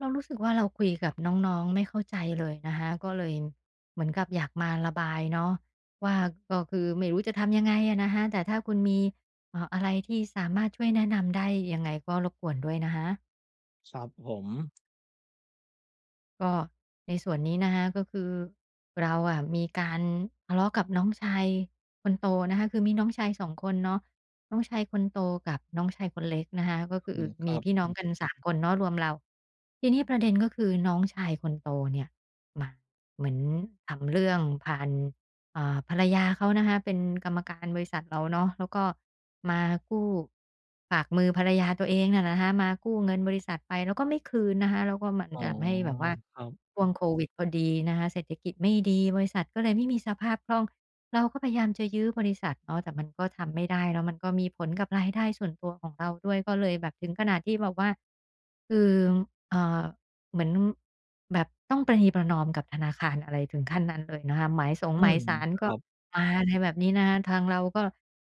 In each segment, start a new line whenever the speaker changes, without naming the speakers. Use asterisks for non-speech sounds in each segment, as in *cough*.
เรารู้สึกว่าเราคุยกับน้องๆไม่เข้าใจเลยนะคะก็เลยเหมือนกับอยากมาระบายเนาะว่าก็คือไม่รู้จะทำยังไงอะนะคะแต่ถ้าคุณมีอะไรที่สามารถช่วยแนะนำได้ยังไงก็รบกวนด้วยนะคะ
ครับผม
ก็ในส่วนนี้นะคะก็คือเราอะมีการทะเลาะกับน้องชายคนโตนะคะคือมีน้องชายสองคนเนาะน้องชายคนโตกับน้องชายคนเล็กนะคะก็คื
อื
อ
มค
มี
รับ
พี่น้ออืงกัน3คนเนาะรวมเราทีนี้ประเด็นก็คือน้องชายคนโตเนี่ยมาเหมือนทำเรื่องผ่าน ภรรยาเขานะคะเป็นกรรมการบริษัทเราเนาะแล้วก็มากู้ฝากมือภรรยาตัวเองน่ะนะคะมากู้เงินบริษัทไปแล้วก็ไม่คืนนะคะแล้วก็มัน
อ๋อ
ทำให้แบบว่า
ครั
ั
บ
ช่วงโควิดพอดีนะคะเศรษฐกิจไม่ดีบริษัทก็เลยไม่มีสภาพคล่องเราก็พยายามจะยื้อบริษัทเนาะแต่มันก็ทำไม่ได้แล้วมันก็มีผลกับรายได้ส่วนตัวของเราด้วยก็เลยแบบถึงขนาดที่แบบว่าคือเอ่อ เหมือนแบบต้องประนีประนอมกับธนาคารอะไรถึงขั้นนั้นเลยนะคะหมายสง
อื
หมาย
ม
ศาล
ค
ก็
รับ
มาอะไรแบบนี้นะคะทางเราก็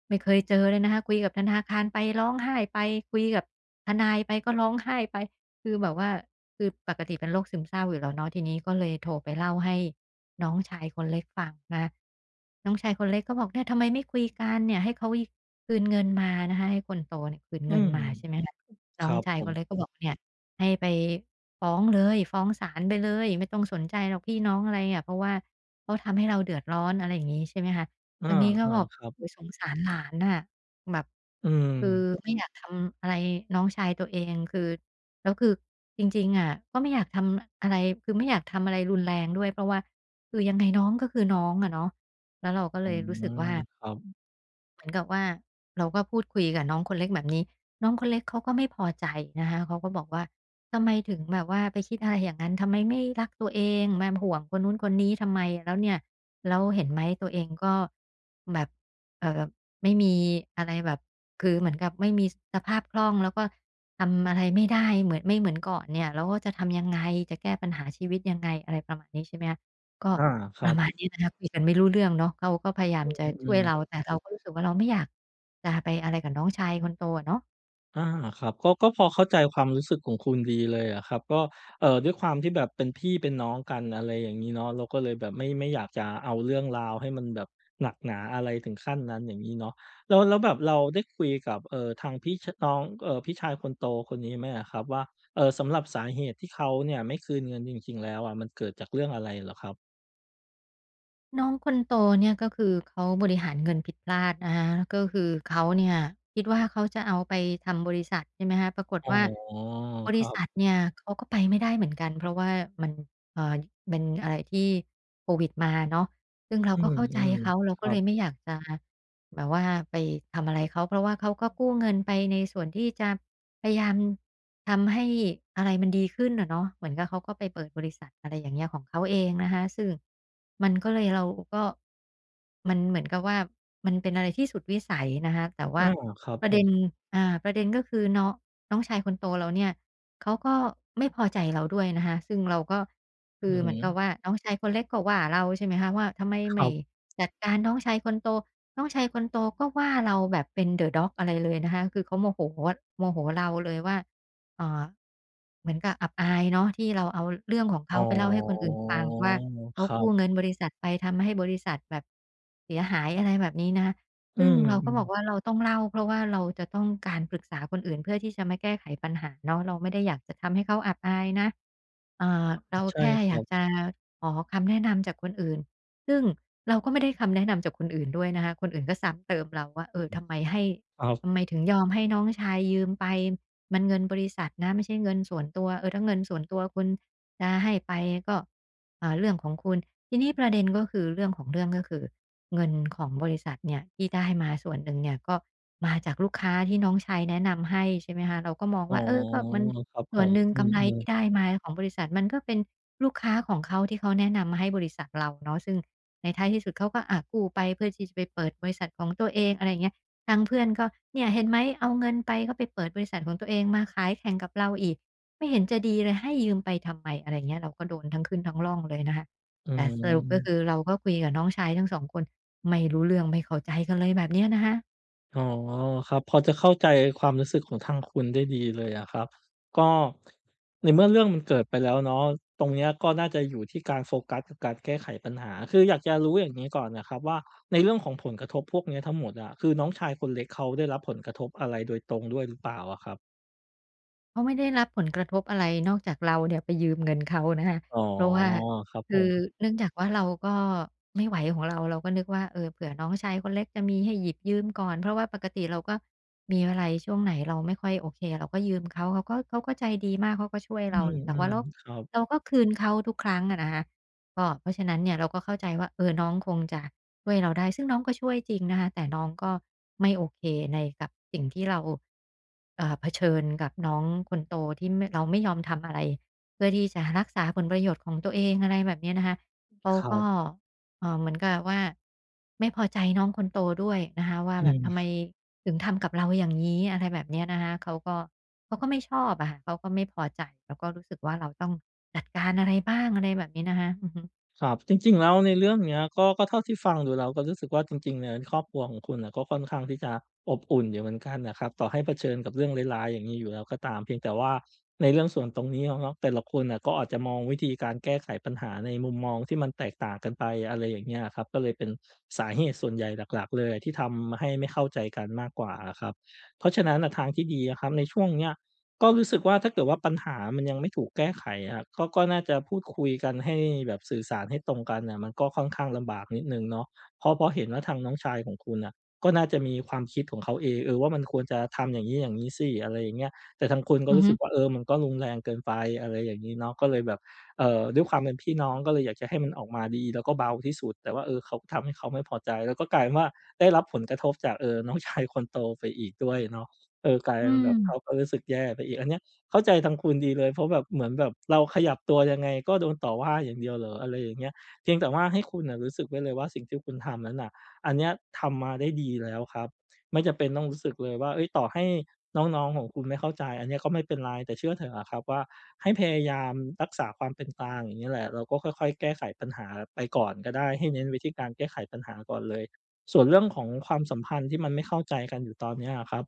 ไม่เคยเจอเลยนะคะคุยกับธนาคารไปร้องไห้ไปคุยกับทนายไปก็ร้องไห้ไปคือแบบว่าคือปกติเป็นโรคซึมเศร้าอยู่แล้วเนาะทีนี้ก็เลยโทรไปเล่าให้น้องชายคนเล็กฟังนะน้องชายคนเล็กก็บอกเนี่ยทำไมไม่คุยกันเนี่ยให้เขายคืนเงินมานะคะให้คนโตเนี่ยคืน
อื
เงิน
ม
มาใช่ไหมคะ
ค
น้อง
รับ
ชา
ผ
ยค
ม
นเล็กก็บอกเนี่ย ให้ไปฟ้องเลยฟ้องศาลไปเลยไม่ต้องสนใจหรอกพี่น้องอะไรอะเพราะว่าเขาทำให้เราเดือดร้อนอะไรอย่างงี้ใช่ไหมคะ
อา
ทางนี้ก็บอก
ๆครั
โอ้โฮ
บ
สงสารหลานน่ะแบบ
อืม
คือไม่อยากทำอะไรน้องชายตัวเองคือแล้วคือจริงๆอะก็ไม่อยากทำอะไรคือไม่อยากทำอะไรรุนแรงด้วยเพราะว่าคือยังไงน้องก็คือน้องอะเนาะแล้วเราก็
อื
เลยรู้สึกว่า
มครับ
เหมือนกับว่าเราก็พูดคุยกับน้องคนเล็กแบบนี้น้องคนเล็กเขาก็ไม่พอใจนะคะเขาก็บอกว่าทำไมถึงแบบว่าไปคิดอะไรอย่างนั้นทำไมไม่รักตัวเองมาห่วงคนนู้นคนนี้ทำไมแล้วเนี่ยแล้วเห็นไหมตัวเองก็แบบเอ่อไม่มีอะไรแบบคือเหมือนกับไม่มีสภาพคล่องแล้วก็ทำอะไรไม่ได้เหมือนไม่เหมือนก่อนเนี่ยแล้วก็จะทำยังไงจะแก้ปัญหาชีวิตยังไงอะไรประมาณนี้ใช่ไหมคะก็
อาค
ป
รั
ระ
บ
มาณนี้นะคะคุยกันไม่รู้เรื่องเนาะเขาก็พยายามจะ
อื
ช่วยเรา
ม
แต่เราก็รู้สึกว่าเราไม่อยากจะไปอะไรกับน้องชายคนโตอะเนาะ
อาครับก็ก็พอเข้าใจความรู้สึกของคุณดีเลยอะครับก็ด้วยความที่แบบเป็นพี่เป็นน้องกันอะไรอย่างงี้เนาะเราก็เลยแบบไม่อยากจะเอาเรื่องราวให้มันแบบหนักหนาอะไรถึงขั้นนั้นอย่างงี้เนาะแล้วแบบเราได้คุยกับทางพี่ชน้องพี่ชายคนโตคนนี้ไหมอะครับว่าสำหรับสาเหตุที่เขาเนี่ยไม่คืนเงินจริงๆแล้วอะมันเกิดจากเรื่องอะไรเหรอครับ
น้องคนโตเนี่ยก็คือเขาบริหารเงินผิดพลาดนะคะก็คือเขาเนี่ยคิดว่าเขาจะเอาไปทำบริษัทใช่ไหมคะปรากฏ
อ๋
ว่า
อ
บ
ค
ริ
รั
ษัท
บ
เนี่ยเขาก็ไปไม่ได้เหมือนกันเพราะว่ามันเอ่อเป็นอะไรที่โควิดมาเนาะซึ่งเรา
อื
ก็เข้าใจ
ม
เขาเรา
ๆค
ก็
รั
เล
บ
ยไม่อยากจะ แบบว่าไปทำอะไรเขาเพราะว่าเขาก็กู้เงินไปในส่วนที่จะพยายามทำให้อะไรมันดีขึ้นอะเนาะเหมือนกับเขาก็ไปเปิดบริษัทอะไรอย่างเงี้ยของเขาเองนะคะซึ่งมันก็เลยเราก็มันเหมือนกับว่ามันเป็นอะไรที่สุดวิสัยนะคะแต่ว่า
อาครับ
ป
ผ
ระเด็
ม
นประเด็นก็คือน้องน้องชายคนโตเราเนี่ยเขาก็ไม่พอใจเราด้วยนะคะซึ่งเราก็คื
อื
อ
อ
เห
ฮึ
มือนกับว่าน้องชายคนเล็กก็ว่าเราใช่ไหมคะว่าทำไม
ครั
ไม่
บ
จัดการน้องชายคนโต น้องชายคนโตก็ว่าเราแบบเป็น The Dog อะไรเลยนะคะคือเขาโมโหเราเลยว่าเอ่อเหมือนกับอับอายเนาะที่เราเอาเรื่องของ
อ๋อ
เขาไปเล่าให้คนอื่นฟังว่า
ค
เขา
รั
กู้
บ
เงินบริษัทไปทำให้บริษัทแบบเสียหายอะไรแบบนี้นะคะ
อื
ซึ่ง
ม
เราก็บอกว่าเราต้องเล่าเพราะว่าเราจะต้องการปรึกษาคนอื่นเพื่อที่จะมาแก้ไขปัญหาเนาะเราไม่ได้อยากจะทำให้เขาอับอายนะเรา
ๆใช่
แค่
ค
อ
รั
ยาก
บ
จะขอคำแนะนำจากคนอื่นซึ่ง เราก็ไม่ได้คำแนะนำจากคนอื่นด้วยนะคะคนอื่นก็ซ้ำเติมเราว่าเออทำไมให้
ครั
ทำไม
บ
ถึงยอมให้น้องชายยืมไปมันเงินบริษัทนะไม่ใช่เงินส่วนตัวเออถ้าเงินส่วนตัวคุณจะให้ไปก็เรื่องของคุณทีนี้ประเด็นก็คือเรื่องของเรื่องก็คือเงินของบริษัทเนี่ยที่ได้มาส่วนหนึ่งเนี่ยก็มาจากลูกค้าที่น้องชายแนะนำให้ใช่ไหมคะเราก็มอง
อ๋อ
ว่าเออก็มัน
ครับผ
ส่วน
ม
หนึ่ง
อื
กำไร
ม
ที่ได้
ๆ
มาของบริษัทมันก็เป็นลูกค้าของเขาที่เขาแนะนำมาให้บริษัทเราเนาะซึ่ง ในท้ายที่สุดเขาก็กู้ไปเพื่อที่จะไปเปิดบริษัทของตัวเองอะไรอย่างเงี้ยทางเพื่อนก็เนี่ยเห็นไหมเอาเงินไปก็ไปเปิดบริษัทของตัวเองมาขายแข่งกับเราอีกไม่เห็นจะดีเลยให้ยืมไปทำไมอะไรอย่างเงี้ยเราก็โดนทั้งขึ้นทั้งร่องเลยนะคะ
อื
แต่สรุปก็คือ
ม
เราก็คุยกับน้องชายทั้งสองคนไม่รู้เรื่องไม่เข้าใจกันเลยแบบเนี้ยนะคะ
อ๋อครับพอจะเข้าใจความรู้สึกของทางคุณได้ดีเลยอะครับก็ในเมื่อเรื่องมันเกิดไปแล้วเนาะตรงเนี้ยก็น่าจะอยู่ที่การโฟกัสกับการแก้ไขปัญหาคืออยากจะรู้อย่างงี้ก่อนนะครับว่าในเรื่องของผลกระทบพวกเนี้ยทั้งหมดอะคือน้องชายคนเล็กเขาได้รับผลกระทบอะไรโดยตรงด้วยหรือเปล่าอะครับ
เขาไม่ได้รับผลกระทบอะไรนอกจากเราเนี่ยไปยืมเงินเขานะคะ
อ๋อ
เพราะว่า
ครับผ
คือ
ม
เนื่องจากว่าเราก็ไม่ไหวของเราก็นึกว่าเออเผื่อน้องชายคนเล็กจะมีให้หยิบยืมก่อนเพราะว่าปกติเราก็มีอะไรช่วงไหนเราไม่ค่อยโอเคเราก็ยืมเขาเขาก็ใจดีมากเขาก็ช่วย
อื
เราแต่ว่า
ม
เรา
ๆครับ
เราก็คืนเขาทุกครั้งอะนะคะก็เพราะฉะนั้นเนี่ยเราก็เข้าใจว่าเออน้องคงจะ ช่วยเราได้ซึ่งน้องก็ช่วยจริงนะคะแต่น้องก็ไม่โอเคในกับสิ่งที่เราเผชิญกับน้องคนโตที่ไม่เราไม่ยอมทำอะไรเพื่อที่จะรักษาผลประโยชน์ของตัวเองอะไรแบบเนี้ยนะคะเขา
ครั
ก็
บ
เหมือนกับว่าไม่พอใจน้องคนโตด้วยนะคะว่า
อื
แบบ
ม
ทำไมถึงทำกับเราอย่างงี้อะไรแบบเนี้ยนะคะเขาก็ไม่ชอบอะค่ะเขาก็ไม่พอใจแล้วก็รู้สึกว่าเราต้องจัดการอะไรบ้างอะไรแบบนี้นะคะอือฮึ
ครับจริงๆแล้วในเรื่องเนี้ยก็เท่าที่ฟังดูแล้วก็รู้สึกว่าจริงๆเนี่ยครอบครัวของคุณน่ะก็ค่อนข้างที่จะอบอุ่นอยู่เหมือนกันนะครับต่อให้เผชิญกับเรื่องร้ายๆอย่างงี้อยู่แล้วก็ตามเพียงแต่ว่าในเรื่องส่วนตรงนี้อะเนาะแต่ละคนน่ะก็อาจจะมองวิธีการแก้ไขปัญหาในมุมมองที่มันแตกต่างกันไปอะไรอย่างเงี้ยอะครับก็เลยเป็นสาเหตุส่วนใหญ่หลักๆเลยที่ทำให้ไม่เข้าใจกันมากกว่าอะครับเพราะฉะนั้นน่ะทางที่ดีอะครับในช่วงเนี้ย ก็รู้สึกว่าถ้าเกิดว่าปัญหามันยังไม่ถูกแก้ไขอะครับก็น่าจะพูดคุยกันให้แบบสื่อสารให้ตรงกันน่ะมันก็ค่อนข้างลำบากนิดหนึ่งเนาะเพราะเห็นว่าทางน้องชายของคุณน่ะก็น่าจะมีความคิดของเขาเองเออว่ามันควรจะทำอย่างงี้อย่างงี้สิอะไรอย่างเงี้ยแต่ทางคุณก็
อือ
รู้
ฮึ
สึกว่าเออมันก็รุนแรงเกินไปอะไรอย่างงี้เนาะก็เลยแบบด้วยความเป็นพี่น้องก็เลยอยากจะให้มันออกมาดีแล้วก็เบาที่สุดแต่ว่าเออเขาทำให้เขาไม่พอใจแล้วก็กลายเป็นว่าได้รับผลกระทบจากน้องชายคนโตไปอีกด้วยเนาะ เออกลาย
อื
เป็นแบ
ม
บเขาก็รู้สึกแย่ไปอีกอันเนี้ยเข้าใจทางคุณดีเลยเพราะแบบเหมือนแบบเราขยับตัวยังไงก็โดนต่อว่าอย่างเดียวเหรออะไรอย่างเงี้ยเพียงแต่ว่าให้คุณน่ะรู้สึกไว้เลยว่าสิ่งที่คุณทำนั้นน่ะอันเนี้ยทำมาได้ดีแล้วครับไม่จำเป็นต้องรู้สึกเลยว่าเฮ้ยต่อให้น้องๆของคุณไม่เข้าใจอันเนี้ยก็ไม่เป็นไรแต่เชื่อเถอะอะครับว่าให้พยายามรักษาความเป็นกลางอย่างนี้แหละเราก็ค่อยๆแก้ไขปัญหาไปก่อนก็ได้ให้เน้นไปที่การแก้ไขปัญหาก่อนเลยส่วนเรื่องของความสัมพันธ์ที่มันไม่เข้าใจกันอยู่ตอนเนี้ยอะครับ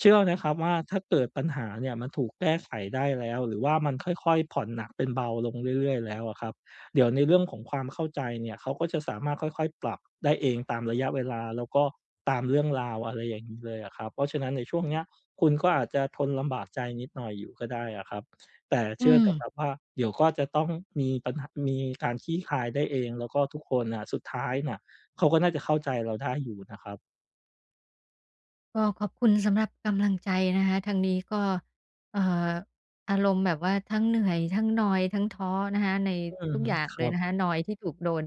เชื่อนะครับว่าถ้าเกิดปัญหาเนี่ยมันถูกแก้ไขได้แล้วหรือว่ามันค่อยๆผ่อนหนักเป็นเบาลงเรื่อยๆแล้วอะครับเดี๋ยวในเรื่องของความเข้าใจเนี่ยเขาก็จะสามารถค่อยๆปรับได้เองตามระยะเวลาแล้วก็ตามเรื่องราวอะไรอย่างนี้เลยอะครับเพราะฉะนั้นในช่วงเนี้ยคุณก็อาจจะทนลำบากใจนิดหน่อยอยู่ก็ได้อะครับแต่
อื
เชื่อ
ม
เถอะครับว่าเดี๋ยวก็จะต้องมีปัญหามีการคลี่คลายได้เองแล้วก็ทุกคนน่ะสุดท้ายน่ะเขาก็น่าจะเข้าใจเราได้อยู่นะครับ
ก็ขอบคุณสำหรับกำลังใจนะคะทางนี้ก็เอ่ออารมณ์แบบว่าทั้งเหนื่อยทั้งนอยทั้งท้อนะคะใน
อืม
ทุกอย่าง
ค
เล
รั
ย
บ
นะคะนอยที่ถูกโดน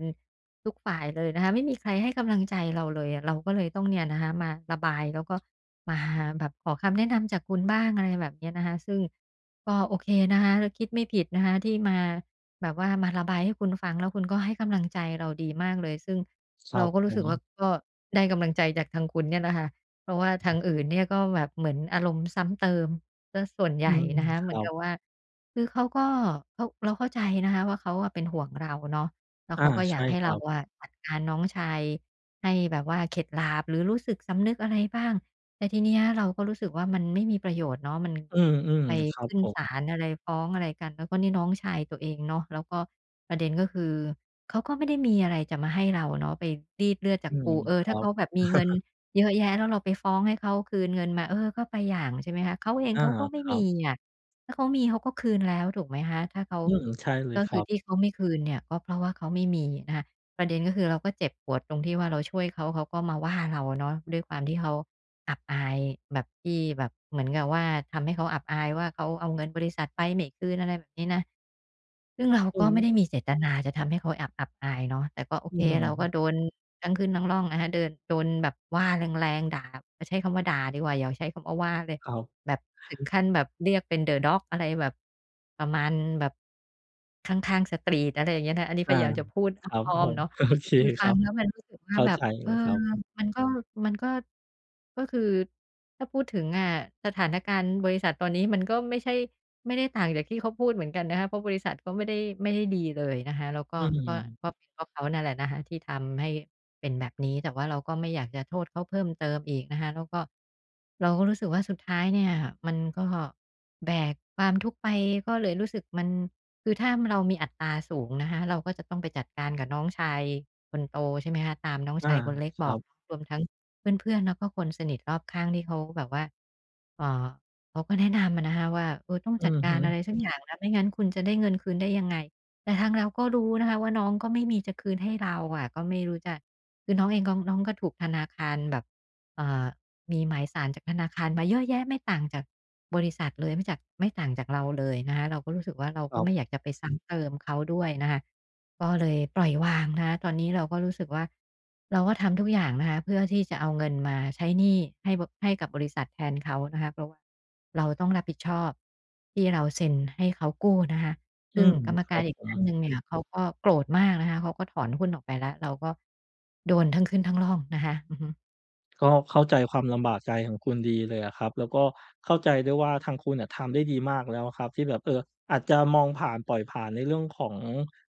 ทุกฝ่ายเลยนะคะไม่มีใครให้กำลังใจเราเลยอะเราก็เลยต้องเนี่ยนะคะมาระบายแล้วก็มาแบบขอคำแนะนำจากคุณบ้างอะไรแบบเนี้ยนะคะซึ่งก็โอเคนะคะคิดไม่ผิดนะคะที่มาแบบว่ามาระบายให้คุณฟังแล้วคุณก็ให้กำลังใจเราดีมากเลยซึ่ง
ครั
เรา
บ
ก็
ผ
รู้สึ
ม
กว่าก็ได้กำลังใจจากทางคุณเนี่ยนะคะ เพราะว่าทางอื่นเนี่ยก็แบบเหมือนอารมณ์ซ้ำเติมเสียส่วนให
อื
ญ่
ม
นะคะ
ค
เหมื
รั
อนกับ
บ
ว่าคือเขาก็เราเข้าใจนะคะว่าเขาอะเป็นห่วงเราเนาะแล้ว
อา
เขาก็อ
ใช่
ยากให้
ครั
เรา
บ
อะจัดการน้องชายให้แบบว่าเข็ดหลาบหรือรู้สึกสำนึกอะไรบ้างแต่ทีเนี้ยเราก็รู้สึกว่ามันไม่มีประโยชน์เนาะมัน
อืม
ไป
ๆครับ
ขึ้น
ผม
ศาลอะไรฟ้องอะไรกันแล้วก็นี่น้องชายตัวเองเนาะแล้วก็ประเด็นก็คือเขาก็ไม่ได้มีอะไรจะมาให้เราเนาะไปรีดเลือดจา
อื
ก
ม
ปูเออ
ครั
ถ้าเขาแบ
บ
บมีเงิน เยอะแยะแล้วเราไปฟ้องให้เขาคืนเงินมาเออก็ไปอย่างใช่ไหมคะเขาเอง
อา
เขาก็
ค
ไม่
รั
มี
บ
อะถ้าเขามีเขาก็คืนแล้วถูกไหมคะถ้าเขา
อืมใช่เลย
ก็
ค
คื
รั
อ
บ
ที่เขาไม่คืนเนี่ยก็เพราะว่าเขาไม่มีนะคะประเด็นก็คือเราก็เจ็บปวดตรงที่ว่าเราช่วยเขาเขาก็มาว่าเราเนาะด้วยความที่เขาอับอายแบบที่แบบเหมือนกับว่าทำให้เขาอับอายว่าเขาเอาเงินบริษัทไปไม่คืนอะไรแบบนี้นะ ซึ่งเรา
อื
ก็ไม่ได้
ม
มีเจตนาจะทำให้เขาอับอายเนาะแต่ก็โอ
อื
เคเราก็โด
ม
นทั้งขึ้นทั้งร่องนะคะเดินโดนแบบว่าแรงๆด่าใช้คำว่าด่าดีกว่า อย่าใช้คำว่าว่าเลย
ครับ
แบบถึงขั้นแบบเรียกเป็น The Dog อะไรแบบประมาณแบบข้างๆสตรีตอะไรอย่างเงี้ยนะ อันนี้พ
อา
ยายามจะพูดอ
ครับ
้อ
ผ
มๆ
ม
เนาะ
*laughs* โอเค
คือ
ค
ฟั
รั
ง
บ
แล้วมันรู้สึกว่า
เข้า
แบบ
ใจ
เอ
เล
อ
ยครับ
มันก็มันก็ก็คือถ้าพูดถึงอะสถานการณ์บริษัทตอนนี้มันก็ไม่ใช่ไม่ได้ต่างจากที่เขาพูดเหมือนกันนะคะเพราะบริษัทก็ไม่ได้ดีเลยนะคะแล้วก็
อื
ก็ก็
ม
เป็นเพราะเขานั่นแหละนะคะที่ทำให้เป็นแบบนี้แต่ว่าเราก็ไม่อยากจะโทษเขาเพิ่มเติมอีกนะคะแล้วก็เราก็รู้สึกว่าสุดท้ายเนี่ยมันก็แบกความทุกข์ไปก็เลยรู้สึกมันคือถ้าเรามีอัตราสูงนะคะเราก็จะต้องไปจัดการกับน้องชาย คนโตใช่ไหมคะตามน้อง
อา
ชายคนเล็ก
ค
บ
รั
อก
บ
รวมทั้งเพื่อนๆแล้วก็คนสนิทรอบข้างที่เขาแบบว่าเอ่อเขาก็แนะนำอะนะคะว่าเออต้อง
อื
จัด
อ
กา
ฮึ
รอะไรสักอย่างนะไม่งั้นคุณจะได้เงินคืนได้ยังไงแต่ทางเราก็รู้นะคะว่าน้องก็ไม่มีจะคืนให้เราอะก็ไม่รู้จะคือน้องเองก็น้องก็ถูกธนาคารแบบเอ่อมีหมายสารจากธนาคารมาเยอะแยะไม่ต่างจากบริษัทเลยไม่ต่างจากเราเลยนะคะเราก็รู้สึกว่าเรา
ค
ก็
รั
ไม่อยา
บ
กจะไปซ้ำเติมเขาด้วยนะคะ ก็เลยปล่อยวางนะคะตอนนี้เราก็รู้สึกว่าเราก็ทำทุกอย่างนะคะเพื่อที่จะเอาเงินมาใช้หนี้ให้กับบริษัทแทนเขานะคะเพราะว่าเราต้องรับผิดชอบที่เราเซ็นให้เขากู้นะคะ
อื
ซึ่ง
ม
กรรม
ครั
การ
บ
อี
ผ
กท่านหนึ่
ม
งเนี่ยเขาก็โกรธมากนะคะเขาก็ถอนหุ้นออกไปแล้วเราก็โดนทั้งขึ้นทั้งร่องนะคะอือฮึ
ก็เข้าใจความลำบากใจของคุณดีเลยอะครับแล้วก็เข้าใจด้วยว่าทางคุณน่ะทำได้ดีมากแล้วครับที่แบบเอออาจจะมองผ่านปล่อยผ่านในเรื่องของ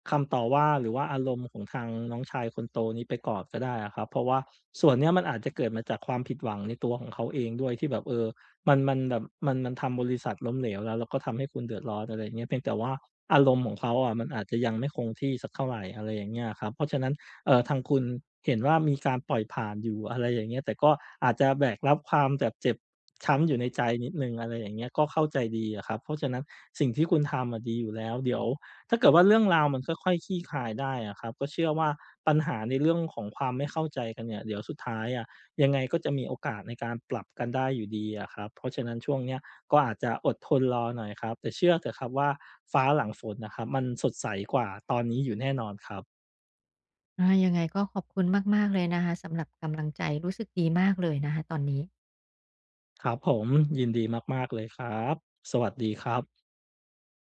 คำต่อว่าหรือว่าอารมณ์ของทางน้องชายคนโตนี้ไปก่อนก็ได้อะครับเพราะว่าส่วนเนี้ยมันอาจจะเกิดมาจากความผิดหวังในตัวของเขาเองด้วยที่แบบเออมันมันแบบมันมันทำบริษัทล้มเหลวแล้วก็ทำให้คุณเดือดร้อนอะไรอย่างเงี้ยเพียงแต่ว่าอารมณ์ของเขาอะมันอาจจะยังไม่คงที่สักเท่าไหรอะไรอย่างเงี้ยครับเพราะฉะนั้น ทางคุณเห็นว่ามีการปล่อยผ่านอยู่อะไรอย่างเงี้ยแต่ก็อาจจะแบกรับความแบบเจ็บช้ำอยู่ในใจนิดหนึ่งอะไรอย่างเงี้ยก็เข้าใจดีอะครับเพราะฉะนั้นสิ่งที่คุณทำอะดีอยู่แล้วเดี๋ยวถ้าเกิดว่าเรื่องราวมันค่อยๆคลี่คลายได้อะครับก็เชื่อว่าปัญหาในเรื่องของความไม่เข้าใจกันเนี่ยเดี๋ยวสุดท้ายอะยังไงก็จะมีโอกาสในการปรับกันได้อยู่ดีอะครับเพราะฉะนั้นช่วงเนี้ยก็อาจจะอดทนรอหน่อยครับแต่เชื่อเถอะครับว่าฟ้าหลังฝนน่ะครับมันสดใสกว่าตอนนี้อยู่แน่นอนครับ
ยังไงก็ขอบคุณมากๆเลยนะคะสำหรับกำลังใจรู้สึกดีมากเลยนะคะตอนนี้
ครับผมยินดีมากๆเลยครับสวัสดีครับ